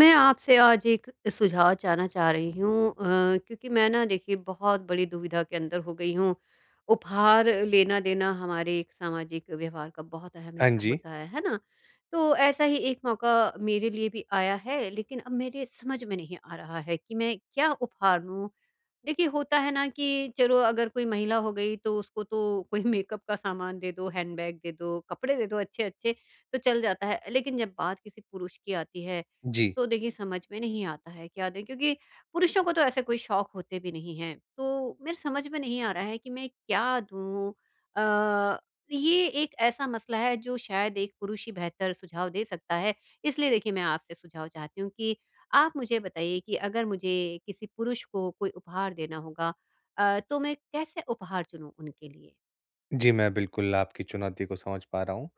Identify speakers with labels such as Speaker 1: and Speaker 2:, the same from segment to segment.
Speaker 1: मैं आपसे आज एक सुझाव चाहना चाह रही हूँ, क्योंकि मैं ना देखिए बहुत बड़ी दुविधा के अंदर हो गई हूँ। उपहार लेना देना हमारे एक सामाजिक व्यवहार का बहुत अहम
Speaker 2: हाँ
Speaker 1: हिस्सा
Speaker 2: जी।
Speaker 1: होता है ना? तो ऐसा ही एक मौका मेरे लिए भी आया है, लेकिन अब मेरे समझ में नहीं आ रहा है कि मैं क्या उपहार लूँ। देखिए, होता है ना कि चलो अगर कोई महिला हो गई तो उसको तो कोई मेकअप का सामान दे दो, हैंडबैग दे दो, कपड़े दे दो अच्छे-अच्छे तो चल जाता है। लेकिन जब बात किसी पुरुष की आती है,
Speaker 2: जी।
Speaker 1: तो देखिए समझ में नहीं आता है क्या दें? क्योंकि पुरुषों को तो ऐसे कोई शौक होते भी नहीं हैं। तो मेरे समझ में नहीं आ रहा है कि मैं क्या दूँ? अ, ये एक ऐसा मसला है जो शायद एक पुरुष ही बेहतर सुझाव दे सकता है। इसलिए देखिए मैं आपसे सुझाव चाहती हूँ कि आप मुझे बताइए कि अगर मुझे किसी पुरुष को कोई उपहार देना होगा, तो मैं कैसे उपहार चुनूँ उनके लिए?
Speaker 2: जी, मैं बिल्कुल आपकी चुनौती को समझ पा रहा हूँ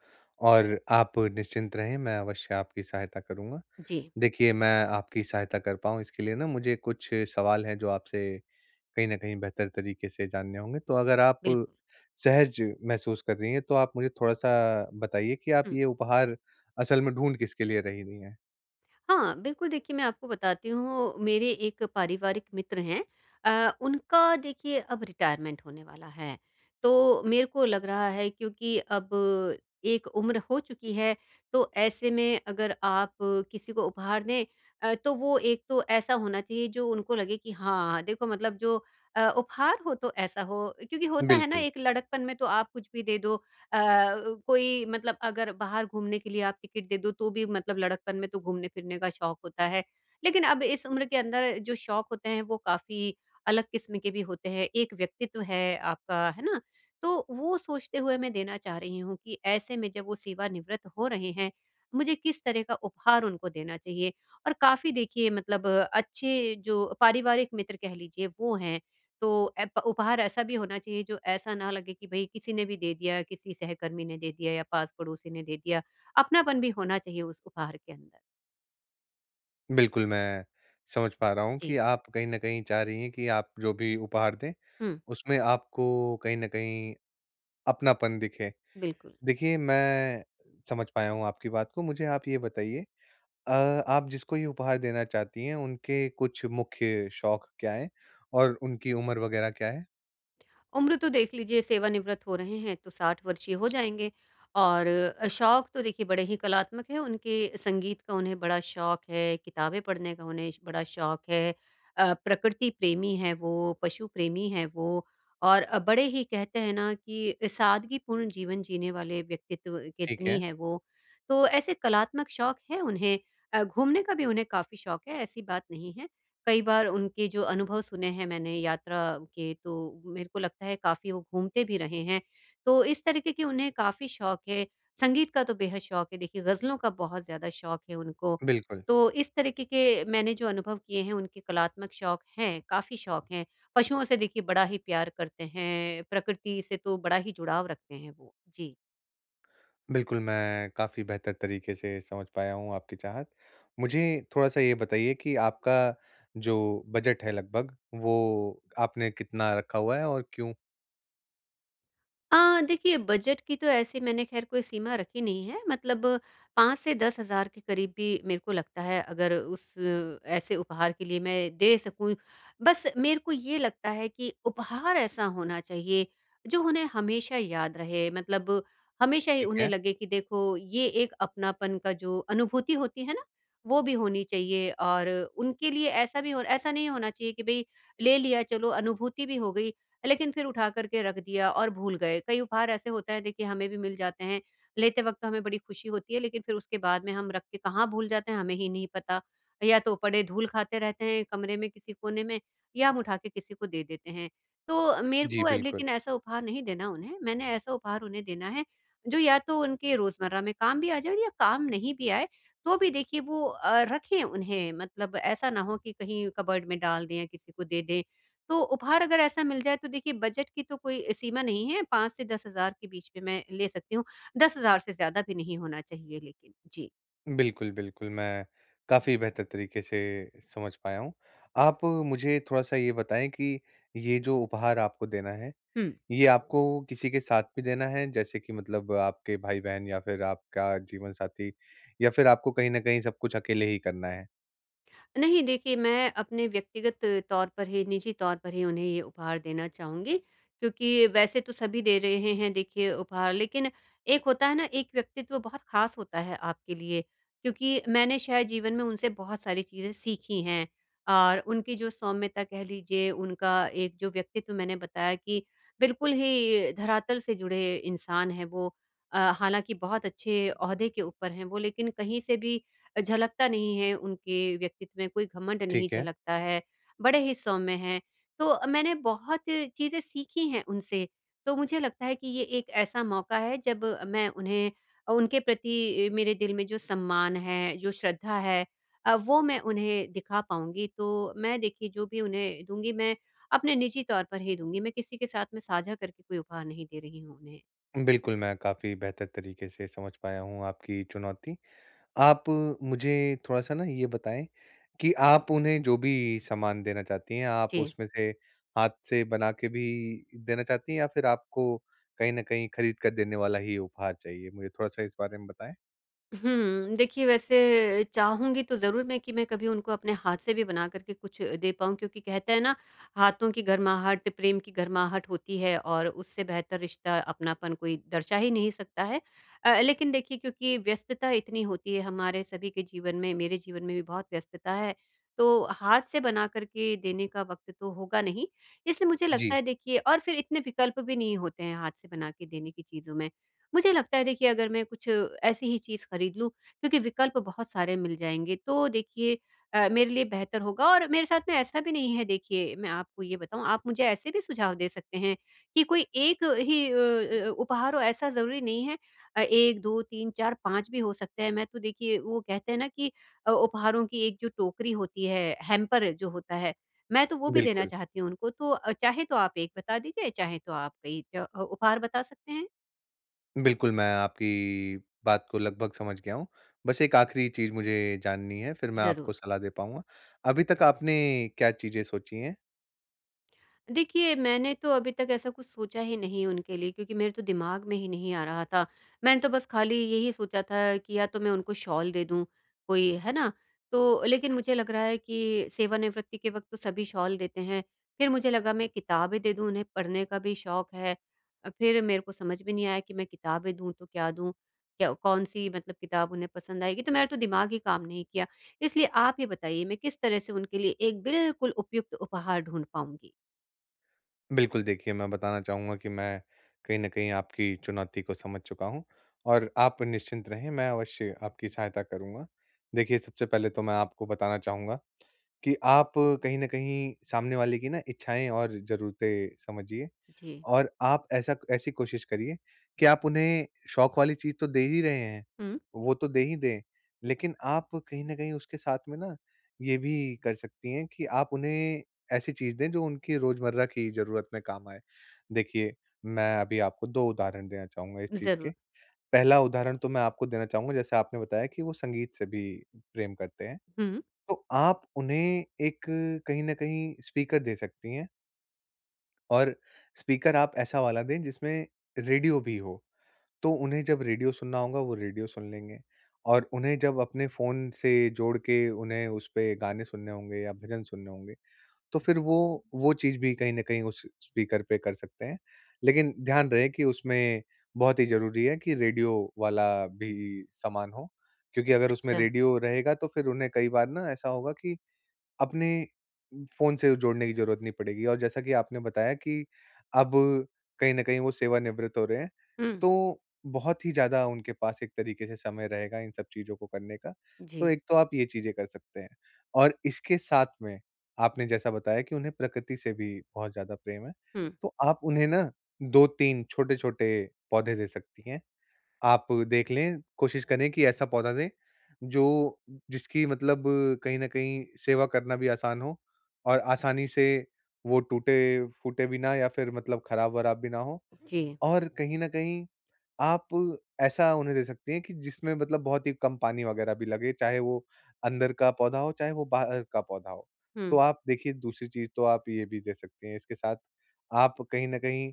Speaker 2: और आप निश्चिंत रहें, मैं अवश्य आपकी सहायता करूँगा।
Speaker 1: जी,
Speaker 2: देखिए, मैं आपकी सहायता कर पाऊँ इसके लिए ना मुझे कुछ सवाल हैं जो आपसे कहीं न कहीं बेहतर तरीके से जानने होंगे। तो अगर आप
Speaker 1: बिल्कुल।
Speaker 2: सहज महसूस कर रही हैं, तो आप मुझे थोड़ा-सा बताइए कि आप
Speaker 1: हुँ।
Speaker 2: ये उपहार असल में ढूँढ किसके लिए रही रही हैं?
Speaker 1: हाँ, बिल्कुल। देखिए मैं आपको बताती हूँ, मेरे एक पारिवारिक मित्र हैं, उनका देखिए अब रिटायरमेंट होने वाला है। तो मेरे को लग रहा है क्योंकि अब एक उम्र हो चुकी है, तो ऐसे में अगर आप किसी को उपहार दें, तो वो एक तो ऐसा होना चाहिए जो उनको लगे कि हाँ, देखो मतलब जो उपहार हो तो ऐसा हो, क्योंकि होता है ना
Speaker 2: बिल्कुल,
Speaker 1: एक लड़कपन में तो आप कुछ भी दे दो, अ, कोई मतलब अगर बाहर घूमने के लिए आप टिकट दे दो तो भी मतलब लड़कपन में तो घूमने-फिरने का शौक होता है। लेकिन अब इस उम्र के अंदर जो शौक होते हैं वो काफ़ी अलग किस्म के भी होते हैं, एक व्यक्तित्व है आपका, है ना? तो वो सोचते हुए मैं देना चाह रही हूँ कि ऐसे में जब वो सेवानिवृत्त हो रहे हैं, मुझे किस तरह का उपहार उनको देना चाहिए? और काफ़ी देखिए मतलब अच्छे जो पारिवारिक मित्र कह लीजिए वो हैं। तो एप उपहार ऐसा भी होना चाहिए जो ऐसा ना लगे कि भई किसी ने भी दे दिया, किसी सहकर्मी ने दे दिया या पास पड़ोसी ने दे दिया। अपनापन भी होना चाहिए उस उपहार के अंदर।
Speaker 2: बिल्कुल मैं समझ पा रहा हूँ
Speaker 1: जी।
Speaker 2: कि आप कहीं न कहीं चाह रही हैं कि आप जो भी उपहार दें,
Speaker 1: हुँ,
Speaker 2: उसमें आपको कहीं न कहीं अपनापन दिखे।
Speaker 1: बिल्कुल।
Speaker 2: देखिए, मैं समझ पाया हूँ आपकी बात को। मुझे आप ये बताइए, अ, आप जिसको ये उपहार देना चाहती हैं, उनके कुछ मुख्य शौक क्या हैं और उनकी उम्र वगैरह क्या है?
Speaker 1: उम्र तो देख लीजिए, सेवानिवृत्त हो रहे हैं तो 60 वर्षीय हो जाएँगे, और शौक तो देखिए बड़े ही कलात्मक हैं। उनके संगीत का उन्हें बड़ा शौक है, किताबें पढ़ने का उन्हें श बड़ा शौक है। प्रकृति प्रेमी हैं वो, पशु प्रेमी हैं वो, और बड़े ही कहते हैं ना कि सादगीपूर्ण जीवन जीने वाले व्यक्तित्व के
Speaker 2: ठीक
Speaker 1: धनी
Speaker 2: है,
Speaker 1: हैं वो। तो ऐसे कलात्मक शौक हैं उन्हें। घूमने का भी उन्हें काफ़ी शौक है, ऐसी बात नहीं है। कई बार उनके जो अनुभव सुने हैं मैंने यात्रा के, तो मेरे को लगता है काफ़ी वो घूमते भी रहे हैं। तो इस तरीके की उन्हें काफ़ी शौक है, संगीत का तो बेहद शौक है, देखिए गज़लों का बहुत ज़्यादा शौक है उनको।
Speaker 2: बिल्कुल।
Speaker 1: तो इस तरीके के मैंने जो अनुभव किए हैं, उनके कलात्मक शौक हैं, काफ़ी शौक हैं। पशुओं से देखिए बड़ा ही प्यार करते हैं, प्रकृति से तो बड़ा ही जुड़ाव रखते हैं वो। जी।
Speaker 2: बिल्कुल, मैं काफ़ी बेहतर तरीके से समझ पाया हूँ आपकी चाहत। मुझे थोड़ा-सा ये बताइए कि आपका जो बजट है लगभग, वो आपने कितना रखा हुआ है और क्यों?
Speaker 1: देखिए बजट की तो ऐसे मैंने ख़ैर कोई सीमा रखी नहीं है, मतलब 5 से 10,000 के करीब भी मेरे को लगता है अगर उस ऐसे उपहार के लिए मैं दे सकूँ। बस मेरे को ये लगता है कि उपहार ऐसा होना चाहिए जो उन्हें हमेशा याद रहे, मतलब हमेशा ही
Speaker 2: ठीक
Speaker 1: उन्हें
Speaker 2: है।
Speaker 1: लगे कि देखो ये एक अपनापन का जो अनुभूति होती है ना, वो भी होनी चाहिए। और उनके लिए ऐसा भी हो, ऐसा नहीं होना चाहिए कि भई ले लिया, चलो अनुभूति भी हो गई। लेकिन फिर उठा कर के रख दिया और भूल गए। कई उपहार ऐसे होते हैं देखिए, हमें भी मिल जाते हैं, लेते वक़्त तो हमें बड़ी खुशी होती है, लेकिन फिर उसके बाद में हम रख के कहाँ भूल जाते हैं हमें ही नहीं पता। या तो पड़े धूल खाते रहते हैं कमरे में किसी कोने में, या हम उठा के किसी को दे देते हैं। तो मेरे
Speaker 2: जी,
Speaker 1: को
Speaker 2: बिल्कुल।
Speaker 1: लेकिन ऐसा उपहार नहीं देना उन्हें, मैंने ऐसा उपहार उन्हें देना है जो या तो उनके रोज़मर्रा में काम भी आ जाए, और या काम नहीं भी आए तो भी देखिए वो रखें उन्हें। मतलब ऐसा ना हो कि कहीं कबर्ड में डाल दें या किसी को दे दें। तो उपहार अगर ऐसा मिल जाए, तो देखिए बजट की तो कोई सीमा नहीं है, 5 से 10 हज़ार के बीच में मैं ले सकती हूँ। 10 हज़ार से ज़्यादा भी नहीं होना चाहिए लेकिन। जी।
Speaker 2: बिल्कुल, बिल्कुल, मैं काफ़ी बेहतर तरीके से समझ पाया हूँ। आप मुझे थोड़ा-सा ये बताएँ कि ये जो उपहार आपको देना है,
Speaker 1: हुँ।
Speaker 2: ये आपको किसी के साथ भी देना है? जैसे कि मतलब आपके भाई-बहन या फिर आपका जीवनसाथी, या फिर आपको कहीं न कहीं सब कुछ अकेले ही करना है?
Speaker 1: नहीं देखिए, मैं अपने व्यक्तिगत तौर पर ही, निजी तौर पर ही उन्हें ये उपहार देना चाहूँगी, क्योंकि वैसे तो सभी दे रहे हैं देखिए उपहार, लेकिन एक होता है ना, एक व्यक्तित्व बहुत ख़ास होता है आपके लिए, क्योंकि मैंने शायद जीवन में उनसे बहुत सारी चीज़ें सीखी हैं। और उनकी जो सौम्यता कह लीजिए, उनका एक जो व्यक्तित्व मैंने बताया कि बिल्कुल ही धरातल से जुड़े इंसान हैं वो। हालाँकि बहुत अच्छे ओहदे के ऊपर हैं वो, लेकिन कहीं से भी झलकता नहीं है, उनके व्यक्तित्व में कोई घमंड नहीं
Speaker 2: ठीक है।
Speaker 1: झलकता है, बड़े ही सौम्य हैं। तो मैंने बहुत चीज़ें सीखी हैं उनसे, तो मुझे लगता है कि ये एक ऐसा मौका है जब मैं उन्हें उनके प्रति मेरे दिल में जो सम्मान है, जो श्रद्धा है, वो मैं उन्हें दिखा पाऊँगी। तो मैं देखिए जो भी उन्हें दूँगी, मैं अपने निजी तौर पर ही दूँगी, मैं किसी के साथ में साझा करके कोई उपहार नहीं दे रही हूँ उन्हें।
Speaker 2: बिल्कुल, मैं काफ़ी बेहतर तरीके से समझ पाया हूँ आपकी चुनौती। आप मुझे थोड़ा-सा ना ये बताएँ कि आप उन्हें जो भी सामान देना चाहती हैं, आप
Speaker 1: जी।
Speaker 2: उसमें से हाथ से बना के भी देना चाहती हैं, या फिर आपको कहीं न कहीं खरीद कर देने वाला ही उपहार चाहिए? मुझे थोड़ा-सा इस बारे में बताएँ।
Speaker 1: हुँ, देखिए वैसे चाहूँगी तो ज़रूर मैं कि मैं कभी उनको अपने हाथ से भी बना कर के कुछ दे पाऊँ, क्योंकि कहते हैं ना हाथों की गरमाहट, प्रेम की गरमाहट होती है, और उससे बेहतर रिश्ता, अपनापन कोई दर्शा ही नहीं सकता है। लेकिन देखिए क्योंकि व्यस्तता इतनी होती है हमारे सभी के जीवन में, मेरे जीवन में भी बहुत व्यस्तता है, तो हाथ से बना कर के देने का वक़्त तो होगा नहीं। इसलिए मुझे लगता
Speaker 2: जी,
Speaker 1: है देखिए, और फिर इतने विकल्प भी नहीं होते हैं हाथ से बना के देने की चीज़ों में। मुझे लगता है देखिए अगर मैं कुछ ऐसी ही चीज़ खरीद लूँ, क्योंकि विकल्प बहुत सारे मिल जाएँगे, तो देखिए मेरे लिए बेहतर होगा। और मेरे साथ में ऐसा भी नहीं है, देखिए मैं आपको ये बताऊँ, आप मुझे ऐसे भी सुझाव दे सकते हैं कि कोई एक ही उपहार हो ऐसा ज़रूरी नहीं है, 1, 2, 3, 4, 5 भी हो सकते हैं। मैं तो देखिए वो कहते हैं ना कि उपहारों की एक जो टोकरी होती है, हैम्पर जो होता है, मैं तो वो भी देना
Speaker 2: बिल्कुल।
Speaker 1: चाहती हूँ उनको। तो चाहे तो आप 1 बता दीजिए, चाहे तो आप कई उपहार बता सकते हैं।
Speaker 2: बिल्कुल, मैं आपकी बात को लगभग समझ गया हूँ। बस एक आखिरी चीज़ मुझे जाननी है, फिर मैं
Speaker 1: ज़रूर।
Speaker 2: आपको सलाह दे पाऊँगा। अभी तक आपने क्या चीज़ें सोची हैं?
Speaker 1: देखिए, मैंने तो अभी तक ऐसा कुछ सोचा ही नहीं उनके लिए, क्योंकि मेरे तो दिमाग में ही नहीं आ रहा था। मैंने तो बस खाली यही सोचा था कि या तो मैं उनको शॉल दे दूँ कोई, है ना? तो लेकिन मुझे लग रहा है कि सेवानिवृत्ति के वक़्त तो सभी शॉल देते हैं। फिर मुझे लगा मैं किताबें दे दूँ, उन्हें पढ़ने का भी शौक है। फिर मेरे को समझ में नहीं आया कि मैं किताबें दूँ तो क्या दूँ? क्या कौन-सी मतलब किताब उन्हें पसंद आएगी? तो मेरा तो दिमाग ही काम नहीं किया। इसलिए आप ये बताइए मैं किस तरह से उनके लिए एक बिल्कुल उपयुक्त उपहार ढूँढ पाऊँगी?
Speaker 2: बिल्कुल, देखिए मैं बताना चाहूँगा कि मैं कहीं न कहीं आपकी चुनौती को समझ चुका हूँ और आप निश्चिंत रहें, मैं अवश्य आपकी सहायता करूँगा। देखिए, सबसे पहले तो मैं आपको बताना चाहूँगा कि आप कहीं न कहीं सामने वाले की ना इच्छाएँ और ज़रूरतें समझिए,
Speaker 1: जी।
Speaker 2: और आप ऐसा ऐसी कोशिश करिए कि आप उन्हें शौक वाली चीज़ तो दे ही रहे हैं,
Speaker 1: हुँ।
Speaker 2: वो तो दे ही दें, लेकिन आप कहीं न कहीं उसके साथ में ना ये भी कर सकती हैं कि आप उन्हें ऐसी चीज़ दें जो उनकी रोज़मर्रा की ज़रूरत में काम आए। देखिए, मैं अभी आपको 2 उदाहरण देना चाहूँगा इस चीज़ के।
Speaker 1: ज़रूर।
Speaker 2: पहला उदाहरण तो मैं आपको देना चाहूँगा, जैसे आपने बताया कि वो संगीत से भी प्रेम करते हैं,
Speaker 1: हुँ।
Speaker 2: तो आप उन्हें एक कहीं न कहीं स्पीकर दे सकती हैं। और स्पीकर आप ऐसा वाला दें जिसमें रेडियो भी हो, तो उन्हें जब रेडियो सुनना होगा वो रेडियो सुन लेंगे और उन्हें जब अपने फ़ोन से जोड़ के उन्हें उसपे गाने सुनने होंगे या भजन सुनने होंगे, तो फिर वो चीज़ भी कहीं न कहीं उस स्पीकर पे कर सकते हैं। लेकिन ध्यान रहे कि उसमें बहुत ही ज़रूरी है कि रेडियो वाला भी सामान हो, क्योंकि अगर उसमें
Speaker 1: अच्छा।
Speaker 2: रेडियो रहेगा तो फिर उन्हें कई बार ना ऐसा होगा कि अपने फ़ोन से जोड़ने की ज़रूरत नहीं पड़ेगी। और जैसा कि आपने बताया कि अब कहीं न कहीं वो सेवानिवृत्त हो रहे हैं,
Speaker 1: हुँ।
Speaker 2: तो बहुत ही ज़्यादा उनके पास एक तरीके से समय रहेगा इन सब चीज़ों को करने का। तो
Speaker 1: जी।
Speaker 2: एक तो आप ये चीज़ें कर सकते हैं, और इसके साथ में आपने जैसा बताया कि उन्हें प्रकृति से भी बहुत ज़्यादा प्रेम है,
Speaker 1: हुँ।
Speaker 2: तो आप उन्हें ना 2-3 छोटे-छोटे पौधे दे सकती हैं। आप देख लें, कोशिश करें कि ऐसा पौधा दें, जो जिसकी मतलब कहीं न कहीं सेवा करना भी आसान हो और आसानी से वो टूटे-फूटे भी ना, या फिर मतलब खराब-वराब भी ना हो।
Speaker 1: जी।
Speaker 2: और कहीं न कहीं आप ऐसा उन्हें दे सकती हैं कि जिसमें मतलब बहुत ही कम पानी वगैरह भी लगे, चाहे वो अंदर का पौधा हो, चाहे वो बाहर का पौधा हो।
Speaker 1: हुँ।
Speaker 2: तो आप देखिए, दूसरी चीज़ तो आप ये भी दे सकती हैं इसके साथ। आप कहीं न कहीं,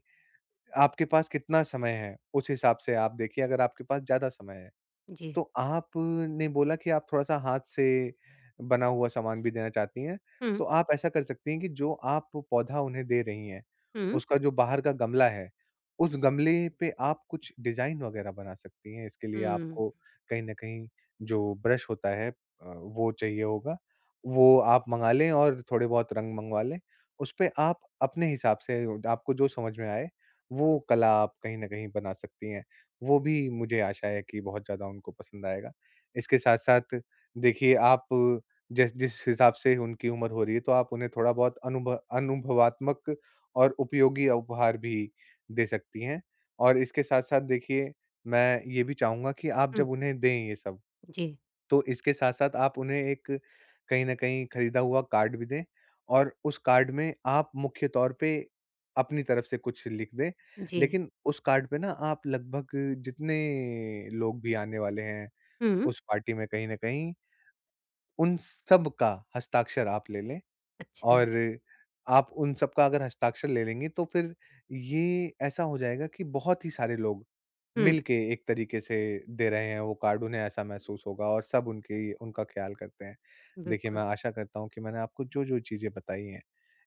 Speaker 2: आपके पास कितना समय है, उस हिसाब से आप देखिए अगर आपके पास ज़्यादा समय है।
Speaker 1: जी।
Speaker 2: तो आपने बोला कि आप थोड़ा-सा हाथ से बना हुआ सामान भी देना चाहती हैं।
Speaker 1: हुँ।
Speaker 2: तो आप ऐसा कर सकती हैं कि जो आप पौधा उन्हें दे रही हैं,
Speaker 1: हुँ।
Speaker 2: उसका जो बाहर का गमला है, उस गमले पे आप कुछ डिज़ाइन वगैरह बना सकती हैं। इसके लिए
Speaker 1: हुँ।
Speaker 2: आपको कहीं न कहीं जो ब्रश होता है, वो चाहिए होगा। वो आप मँगा लें और थोड़े बहुत रंग मँगवा लें। उसपे आप अपने हिसाब से, आपको जो समझ में आए, वो कला आप कहीं न कहीं बना सकती हैं। वो भी मुझे आशा है कि बहुत ज़्यादा उनको पसंद आएगा। इसके साथ-साथ देखिए, आप जिस जिस हिसाब से उनकी उम्र हो रही है, तो आप उन्हें थोड़ा बहुत अनुभव अनुभवात्मक और उपयोगी उपहार भी दे सकती हैं। और इसके साथ-साथ देखिए, मैं ये भी चाहूँगा कि आप
Speaker 1: हुँ।
Speaker 2: जब उन्हें दें ये सब,
Speaker 1: जी।
Speaker 2: तो इसके साथ-साथ आप उन्हें एक कहीं न कहीं खरीदा हुआ कार्ड भी दें और उस कार्ड में आप मुख्य तौर पे अपनी तरफ से कुछ लिख दें।
Speaker 1: जी।
Speaker 2: लेकिन उस कार्ड पे ना आप लगभग जितने लोग भी आने वाले हैं
Speaker 1: हुँ।
Speaker 2: उस पार्टी में कहीं न कहीं, उन सब का हस्ताक्षर आप ले लें।
Speaker 1: अच्छा।
Speaker 2: और आप उन सब का अगर हस्ताक्षर ले लेंगी तो फिर ये ऐसा हो जाएगा कि बहुत ही सारे लोग
Speaker 1: हुँ।
Speaker 2: मिलके एक तरीके से दे रहे हैं वो कार्ड, उन्हें ऐसा महसूस होगा और सब उनकी उनका ख्याल करते हैं। देखिए,
Speaker 1: बिल्कुल।
Speaker 2: मैं आशा करता हूँ कि मैंने आपको जो-जो चीज़ें बताई हैं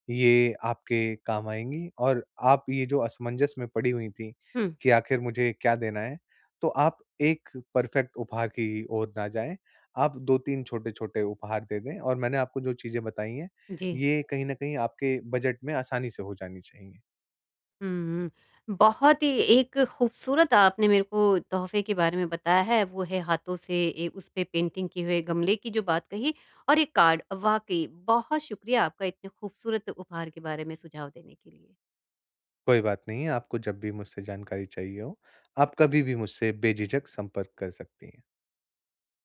Speaker 2: ये आपके काम आएँगी, और आप ये जो असमंजस में पड़ी हुई थी
Speaker 1: हुँ।
Speaker 2: कि आखिर मुझे क्या देना है, तो आप एक परफेक्ट उपहार की ओर ना जाएँ। आप 2-3 छोटे-छोटे उपहार दे दें और मैंने आपको जो चीज़ें बताई हैं
Speaker 1: जी।
Speaker 2: ये कहीं न कहीं आपके बजट में आसानी से हो जानी चाहिए।
Speaker 1: हुँ। बहुत ही एक खूबसूरत आपने मेरे को तोहफ़े के बारे में बताया है, वो है हाथों से उस पे पेंटिंग किए हुए गमले की जो बात कही, और एक कार्ड। वाक़ई बहुत शुक्रिया आपका इतने खूबसूरत उपहार के बारे में सुझाव देने के लिए।
Speaker 2: कोई बात नहीं, है, आपको जब भी मुझसे जानकारी चाहिए हो, आप कभी भी मुझसे बेझिझक संपर्क कर सकती हैं।